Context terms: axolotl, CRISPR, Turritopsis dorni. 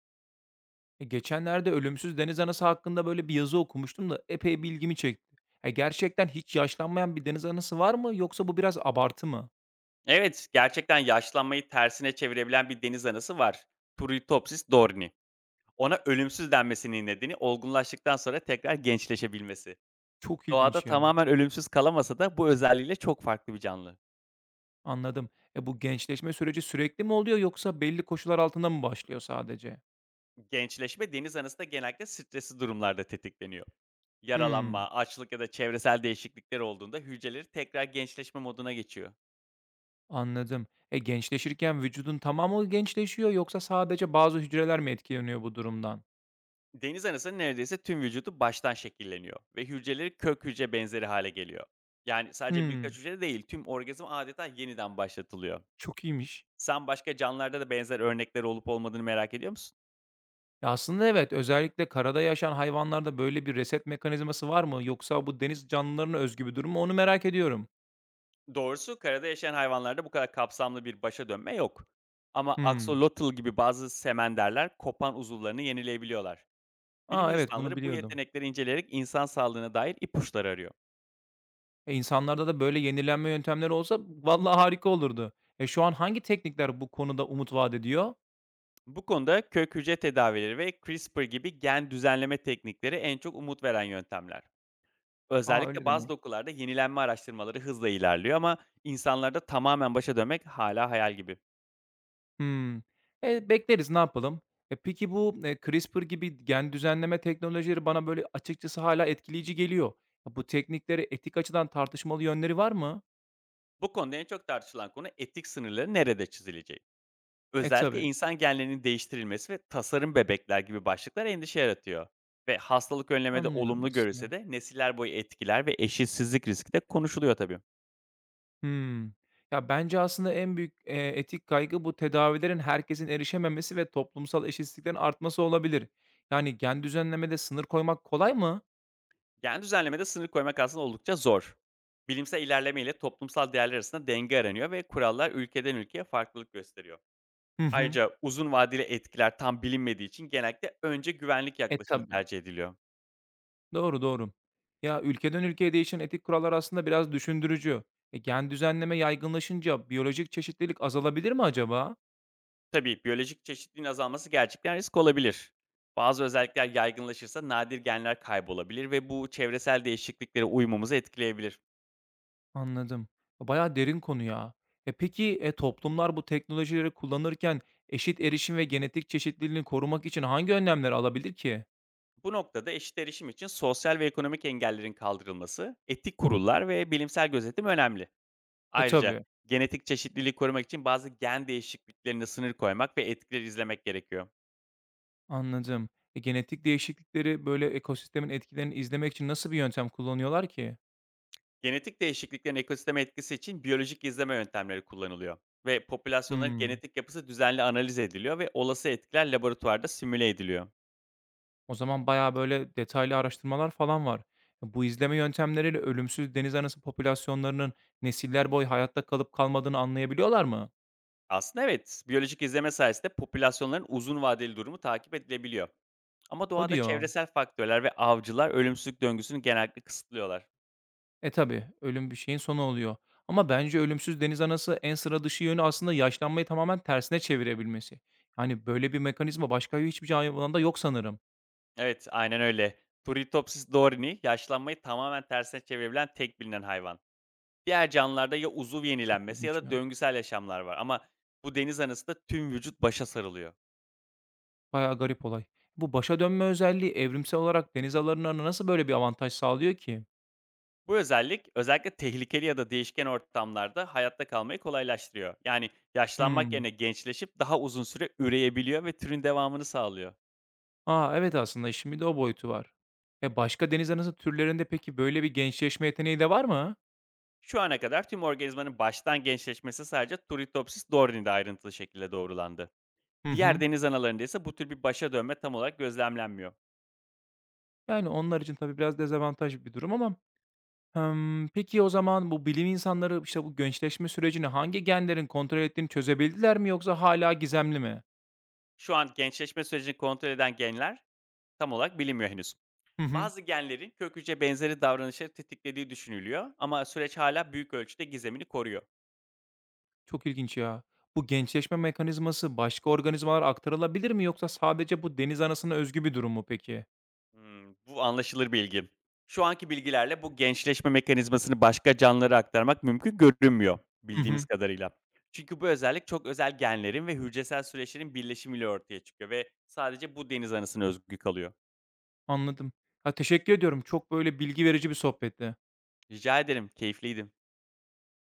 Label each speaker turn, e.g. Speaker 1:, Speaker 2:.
Speaker 1: E, geçenlerde ölümsüz deniz anası hakkında böyle bir yazı okumuştum da epey bir ilgimi çekti. E, gerçekten hiç yaşlanmayan bir deniz anası var mı yoksa bu biraz abartı mı?
Speaker 2: Evet, gerçekten yaşlanmayı tersine çevirebilen bir deniz anası var. Turritopsis dorni. Ona ölümsüz denmesinin nedeni olgunlaştıktan sonra tekrar gençleşebilmesi.
Speaker 1: Çok
Speaker 2: Doğada
Speaker 1: ilginç ya.
Speaker 2: tamamen ölümsüz kalamasa da bu özelliğiyle çok farklı bir canlı.
Speaker 1: Anladım. E, bu gençleşme süreci sürekli mi oluyor yoksa belli koşullar altında mı başlıyor sadece?
Speaker 2: Gençleşme deniz anası da genellikle stresli durumlarda tetikleniyor.
Speaker 1: Hmm,
Speaker 2: Yaralanma, açlık ya da çevresel değişiklikler olduğunda hücreleri tekrar gençleşme moduna geçiyor.
Speaker 1: anladım. E, gençleşirken vücudun tamamı gençleşiyor yoksa sadece bazı hücreler mi etkileniyor bu durumdan?
Speaker 2: Deniz anasının neredeyse tüm vücudu baştan şekilleniyor ve hücreleri kök hücre benzeri hale geliyor. Yani sadece birkaç
Speaker 1: Hmm,
Speaker 2: hücre değil, tüm orgazm adeta yeniden başlatılıyor.
Speaker 1: çok iyiymiş.
Speaker 2: Sen başka canlılarda da benzer örnekler olup olmadığını merak ediyor musun?
Speaker 1: Ya, aslında evet, özellikle karada yaşayan hayvanlarda böyle bir reset mekanizması var mı yoksa bu deniz canlılarına özgü bir durum mu onu merak ediyorum.
Speaker 2: Doğrusu karada yaşayan hayvanlarda bu kadar kapsamlı bir başa dönme yok. Ama
Speaker 1: Hımm.
Speaker 2: axolotl gibi bazı semenderler kopan uzuvlarını yenileyebiliyorlar. Bilim
Speaker 1: A, evet, bunu
Speaker 2: insanları bu
Speaker 1: biliyordum.
Speaker 2: yetenekleri inceleyerek insan sağlığına dair ipuçları arıyor.
Speaker 1: E, insanlarda da böyle yenilenme yöntemleri olsa vallahi harika olurdu. E, şu an hangi teknikler bu konuda umut vaat ediyor?
Speaker 2: Bu konuda kök hücre tedavileri ve CRISPR gibi gen düzenleme teknikleri en çok umut veren yöntemler.
Speaker 1: A, öyle
Speaker 2: Özellikle bazı
Speaker 1: demek.
Speaker 2: dokularda yenilenme araştırmaları hızla ilerliyor ama insanlarda tamamen başa dönmek hala hayal gibi.
Speaker 1: Hımm. E, bekleriz ne yapalım. E, peki bu, CRISPR gibi gen düzenleme teknolojileri bana böyle açıkçası hala etkileyici geliyor. Bu teknikleri etik açıdan tartışmalı yönleri var mı?
Speaker 2: Bu konuda en çok tartışılan konu etik sınırları nerede çizileceği.
Speaker 1: E,
Speaker 2: Özellikle
Speaker 1: tabii.
Speaker 2: insan genlerinin değiştirilmesi ve tasarım bebekler gibi başlıklar endişe yaratıyor. Ve hastalık önlemede
Speaker 1: Anlıyorum
Speaker 2: olumlu görülse
Speaker 1: aslında.
Speaker 2: de nesiller boyu etkiler ve eşitsizlik riski de konuşuluyor tabii.
Speaker 1: Hmm. Ya, bence aslında en büyük, etik kaygı bu tedavilerin herkesin erişememesi ve toplumsal eşitsizliklerin artması olabilir. Yani, gen düzenlemede sınır koymak kolay mı?
Speaker 2: Yani düzenlemede sınır koymak aslında oldukça zor. Bilimsel ilerleme ile toplumsal değerler arasında denge aranıyor ve kurallar ülkeden ülkeye farklılık gösteriyor.
Speaker 1: Hı hı.
Speaker 2: Ayrıca uzun vadeli etkiler tam bilinmediği için genellikle önce güvenlik
Speaker 1: E,
Speaker 2: yaklaşımı
Speaker 1: tabii.
Speaker 2: tercih ediliyor.
Speaker 1: Doğru, doğru. Ya, ülkeden ülkeye değişen etik kurallar aslında biraz düşündürücü. E, gen düzenleme yaygınlaşınca biyolojik çeşitlilik azalabilir mi acaba?
Speaker 2: Tabii biyolojik çeşitliliğin azalması gerçekten risk olabilir. Bazı özellikler yaygınlaşırsa nadir genler kaybolabilir ve bu çevresel değişikliklere uymamızı etkileyebilir.
Speaker 1: Anladım. Bayağı derin konu ya. E, peki, e, toplumlar bu teknolojileri kullanırken eşit erişim ve genetik çeşitliliğini korumak için hangi önlemler alabilir ki?
Speaker 2: Bu noktada eşit erişim için sosyal ve ekonomik engellerin kaldırılması, etik kurullar ve bilimsel gözetim önemli.
Speaker 1: E,
Speaker 2: Ayrıca
Speaker 1: tabii,
Speaker 2: genetik çeşitliliği korumak için bazı gen değişikliklerine sınır koymak ve etkileri izlemek gerekiyor.
Speaker 1: anladım. E, genetik değişiklikleri, böyle, ekosistemin etkilerini izlemek için nasıl bir yöntem kullanıyorlar ki?
Speaker 2: Genetik değişikliklerin ekosisteme etkisi için biyolojik izleme yöntemleri kullanılıyor ve popülasyonların
Speaker 1: Hımm.
Speaker 2: genetik yapısı düzenli analiz ediliyor ve olası etkiler laboratuvarda simüle ediliyor.
Speaker 1: O zaman bayağı, böyle, detaylı araştırmalar falan var. E, bu izleme yöntemleriyle ölümsüz deniz anası popülasyonlarının nesiller boyu hayatta kalıp kalmadığını anlayabiliyorlar mı?
Speaker 2: Aslında evet, biyolojik izleme sayesinde popülasyonların uzun vadeli durumu takip edilebiliyor. Ama
Speaker 1: O
Speaker 2: doğada
Speaker 1: diyor.
Speaker 2: çevresel faktörler ve avcılar ölümsüzlük döngüsünü genellikle kısıtlıyorlar.
Speaker 1: E, tabii, ölüm bir şeyin sonu oluyor ama bence ölümsüz deniz anası en sıra dışı yönü aslında yaşlanmayı tamamen tersine çevirebilmesi. Yani, böyle bir mekanizma başka hiçbir canlı alanında yok sanırım.
Speaker 2: Evet, aynen öyle. Turritopsis dorini yaşlanmayı tamamen tersine çevirebilen tek bilinen hayvan. Diğer canlılarda ya uzuv
Speaker 1: Çok
Speaker 2: yenilenmesi ya
Speaker 1: ilginç
Speaker 2: da
Speaker 1: ya.
Speaker 2: döngüsel yaşamlar var ama bu deniz anasında tüm vücut başa sarılıyor.
Speaker 1: Bayağı garip olay. Bu başa dönme özelliği evrimsel olarak deniz alanlarına nasıl böyle bir avantaj sağlıyor ki?
Speaker 2: Bu özellik özellikle tehlikeli ya da değişken ortamlarda hayatta kalmayı kolaylaştırıyor. Yani yaşlanmak
Speaker 1: Hımm.
Speaker 2: yerine gençleşip daha uzun süre üreyebiliyor ve türün devamını sağlıyor.
Speaker 1: A, evet aslında işin bir de o boyutu var. E, başka deniz anası türlerinde peki böyle bir gençleşme yeteneği de var mı?
Speaker 2: Şu ana kadar tüm organizmanın baştan gençleşmesi sadece Turritopsis dorni'de ayrıntılı şekilde doğrulandı.
Speaker 1: Hı
Speaker 2: Diğer
Speaker 1: hı.
Speaker 2: deniz analarında ise bu tür bir başa dönme tam olarak gözlemlenmiyor.
Speaker 1: Yani onlar için tabii biraz dezavantaj bir durum ama, hımm, peki o zaman bu bilim insanları, işte, bu gençleşme sürecini hangi genlerin kontrol ettiğini çözebildiler mi yoksa hala gizemli mi?
Speaker 2: Şu an gençleşme sürecini kontrol eden genler tam olarak bilinmiyor henüz.
Speaker 1: Hı hı.
Speaker 2: Bazı genlerin kök hücre benzeri davranışları tetiklediği düşünülüyor ama süreç hala büyük ölçüde gizemini koruyor.
Speaker 1: Çok ilginç ya. Bu gençleşme mekanizması başka organizmalara aktarılabilir mi yoksa sadece bu deniz anasına özgü bir durum mu peki?
Speaker 2: Hımm, bu anlaşılır bilgi. Şu anki bilgilerle bu gençleşme mekanizmasını başka canlılara aktarmak mümkün görünmüyor
Speaker 1: Hı
Speaker 2: bildiğimiz
Speaker 1: hı,
Speaker 2: kadarıyla. Çünkü bu özellik çok özel genlerin ve hücresel süreçlerin birleşimiyle ortaya çıkıyor ve sadece bu deniz anasına özgü kalıyor.
Speaker 1: anladım. Ya, teşekkür ediyorum. Çok böyle bilgi verici bir sohbetti.
Speaker 2: Rica ederim, keyifliydi.